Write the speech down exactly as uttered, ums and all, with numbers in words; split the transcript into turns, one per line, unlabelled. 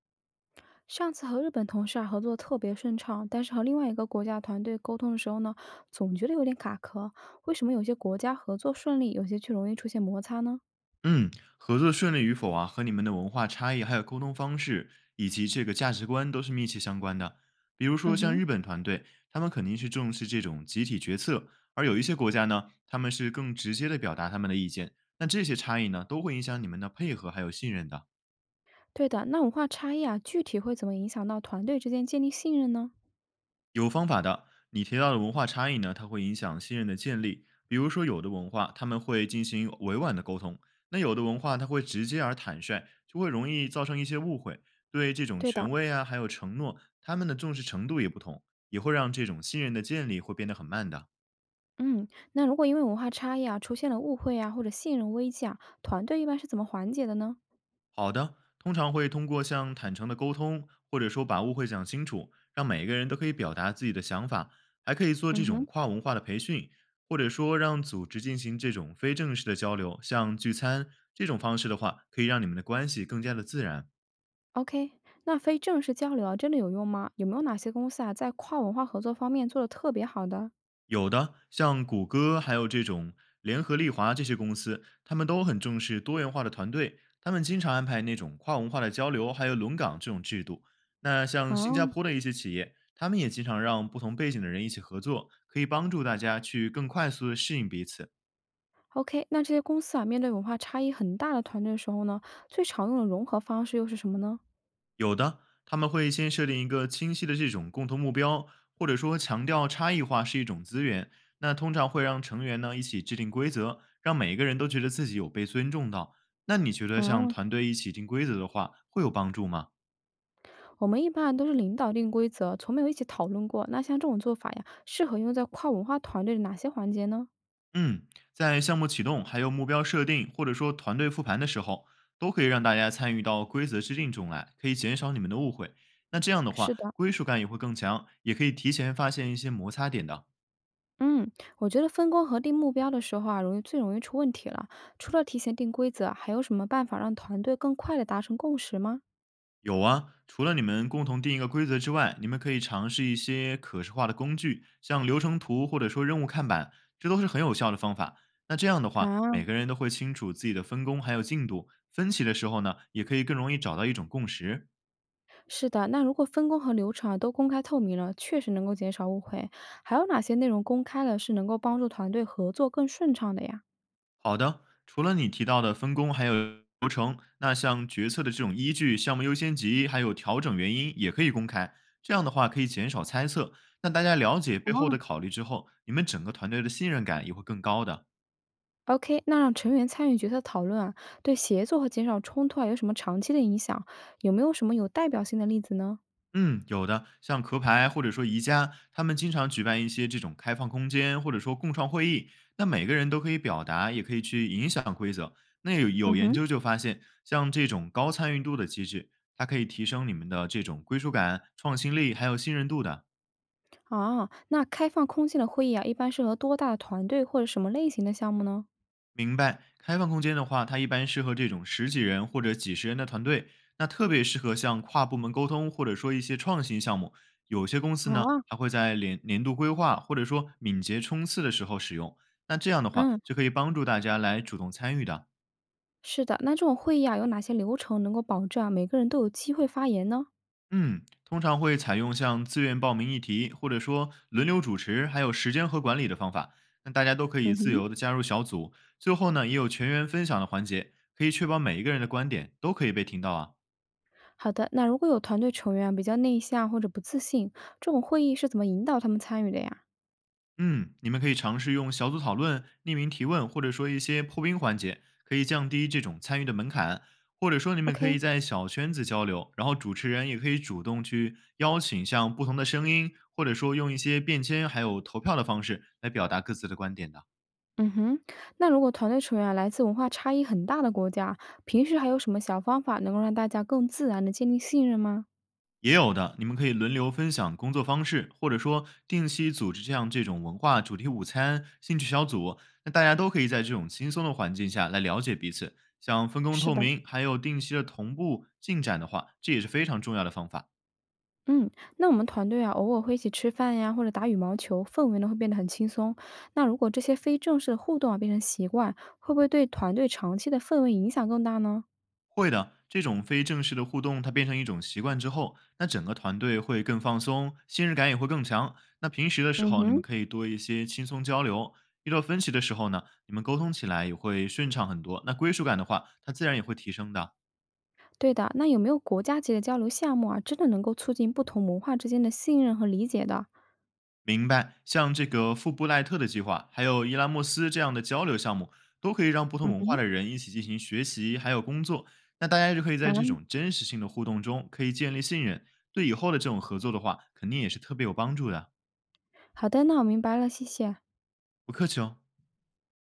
上次和日本同事啊合作特别顺畅，但是和另外一个国家团队沟通的时候呢，总觉得有点卡壳。为什么有些国家合作顺利，有些却容易出现摩擦呢？
嗯，合作顺利与否啊，和你们的文化差异、还有沟通方式以及这个价值观都是密切相关的。比如说
嗯
像
哼，
日本团队，他们肯定是重视这种集体决策，而有一些国家呢，他们是更直接的表达他们的意见。那这些差异呢，都会影响你们的配合还有信任的。
对的。那文化差异啊，具体会怎么影响到团队之间建立信任呢？
有方法的。你提到的文化差异呢，它会影响信任的建立。比如说，有的文化他们会进行委婉的沟通，那有的文化它会直接而坦率，就会容易造成一些误会。对这种
对的，
权威啊，还有承诺，他们的重视程度也不同，也会让这种信任的建立会变得很慢的。
嗯，那如果因为文化差异啊出现了误会啊或者信任危机啊，团队一般是怎么缓解的呢？
好的，通常会通过像坦诚的沟通，或者说把误会讲清楚，让每个人都可以表达自己的想法，还可以做这
嗯
种
哼
跨文化的培训，或者说让组织进行这种非正式的交流，像聚餐这种方式的话，可以让你们的关系更加的自然。
，OK。那非正式交流啊，真的有用吗？有没有哪些公司啊在跨文化合作方面做的特别好的？
有的，像谷歌，还有这种联合利华这些公司，他们都很重视多元化的团队，他们经常安排那种跨文化的交流，还有轮岗这种制度。那像
啊、
新加坡的一些企业，他们也经常让不同背景的人一起合作，可以帮助大家去更快速的适应彼此。
OK，那这些公司啊，面对文化差异很大的团队的时候呢，最常用的融合方式又是什么呢？
有的，他们会先设定一个清晰的这种共同目标，或者说强调差异化是一种资源。那通常会让成员呢一起制定规则，让每一个人都觉得自己有被尊重到。那你觉得像
啊，
团队一起定规则的话，会有帮助吗？
我们一般都是领导定规则，从没有一起讨论过。那像这种做法呀，适合用在跨文化团队的哪些环节呢？
嗯，在项目启动、还有目标设定，或者说团队复盘的时候，都可以让大家参与到规则制定中来，可以减少你们的误会。那这样的话，
是的，
归属感也会更强，也可以提前发现一些摩擦点的。
嗯，我觉得分工和定目标的时候啊，容易最容易出问题了。除了提前定规则，还有什么办法让团队更快的达成共识吗？
有啊，除了你们共同定一个规则之外，你们可以尝试一些可视化的工具，像流程图或者说任务看板，这都是很有效的方法。那这样的话，
啊？
每个人都会清楚自己的分工还有进度，分歧的时候呢，也可以更容易找到一种共识。
是的，那如果分工和流程啊都公开透明了，确实能够减少误会。还有哪些内容公开了是能够帮助团队合作更顺畅的呀？
好的，除了你提到的分工还有流程，那像决策的这种依据、项目优先级还有调整原因也可以公开，这样的话可以减少猜测。那大家了解背后
哦，
的考虑之后，你们整个团队的信任感也会更高的。
？OK，那让成员参与决策讨论啊，对协作和减少冲突啊有什么长期的影响？有没有什么有代表性的例子呢？
嗯，有的，像壳牌或者说宜家，他们经常举办一些这种开放空间或者说共创会议，那每个人都可以表达，也可以去影响规则。那有有
嗯
研
哼，
究就发现，像这种高参与度的机制，它可以提升你们的这种归属感、创新力还有信任度的。
啊，那开放空间的会议啊，一般适合多大的团队或者什么类型的项目呢？
明白，开放空间的话，它一般适合这种十几人或者几十人的团队，那特别适合像跨部门沟通，或者说一些创新项目。有些公司呢，
啊，
它会在年年度规划或者说敏捷冲刺的时候使用。那这样的话，
嗯，
就可以帮助大家来主动参与的。
是的，那这种会议啊，有哪些流程能够保证啊每个人都有机会发言呢？
嗯，通常会采用像自愿报名议题，或者说轮流主持，还有时间和管理的方法。那大家都可以
嗯
自
哼。
由的加入小组，最后呢，也有全员分享的环节，可以确保每一个人的观点都可以被听到啊。
好的，那如果有团队成员啊比较内向或者不自信，这种会议是怎么引导他们参与的呀
嗯，你们可以尝试用小组讨论、匿名提问，或者说一些破冰环节，可以降低这种参与的门槛。或者说，你们可
？OK，
以在小圈子交流，然后主持人也可以主动去邀请像不同的声音，或者说用一些便签还有投票的方式来表达各自的观点的。
嗯哼，那如果团队成员啊来自文化差异很大的国家，平时还有什么小方法能够让大家更自然的建立信任吗？
也有的，你们可以轮流分享工作方式，或者说定期组织这样这种文化主题午餐、兴趣小组，那大家都可以在这种轻松的环境下来了解彼此。像分工
是
透
的，
明，还有定期的同步进展的话，这也是非常重要的方法。
嗯，那我们团队啊偶尔会一起吃饭呀，或者打羽毛球，氛围呢会变得很轻松。那如果这些非正式的互动啊变成习惯，会不会对团队长期的氛围影响更大呢？
会的，这种非正式的互动，它变成一种习惯之后，那整个团队会更放松，信任感也会更强。那平时的时
嗯
候，你们
哼。
可以多一些轻松交流，遇到分歧的时候呢，你们沟通起来也会顺畅很多。那归属感的话，它自然也会提升的。
对的，那有没有国家级的交流项目啊，真的能够促进不同文化之间的信任和理解的？
明白，像这个富布赖特的计划，还有伊拉莫斯这样的交流项目，都可以让不同
嗯
文化
哼。
的人一起进行学习，还有工作。那大家就可以
啊，
在这种真实性的互动中，可以建立信任，对以后的这种合作的话，肯定也是特别有帮助的。
好的，那我明白了，谢谢。
不客气哦。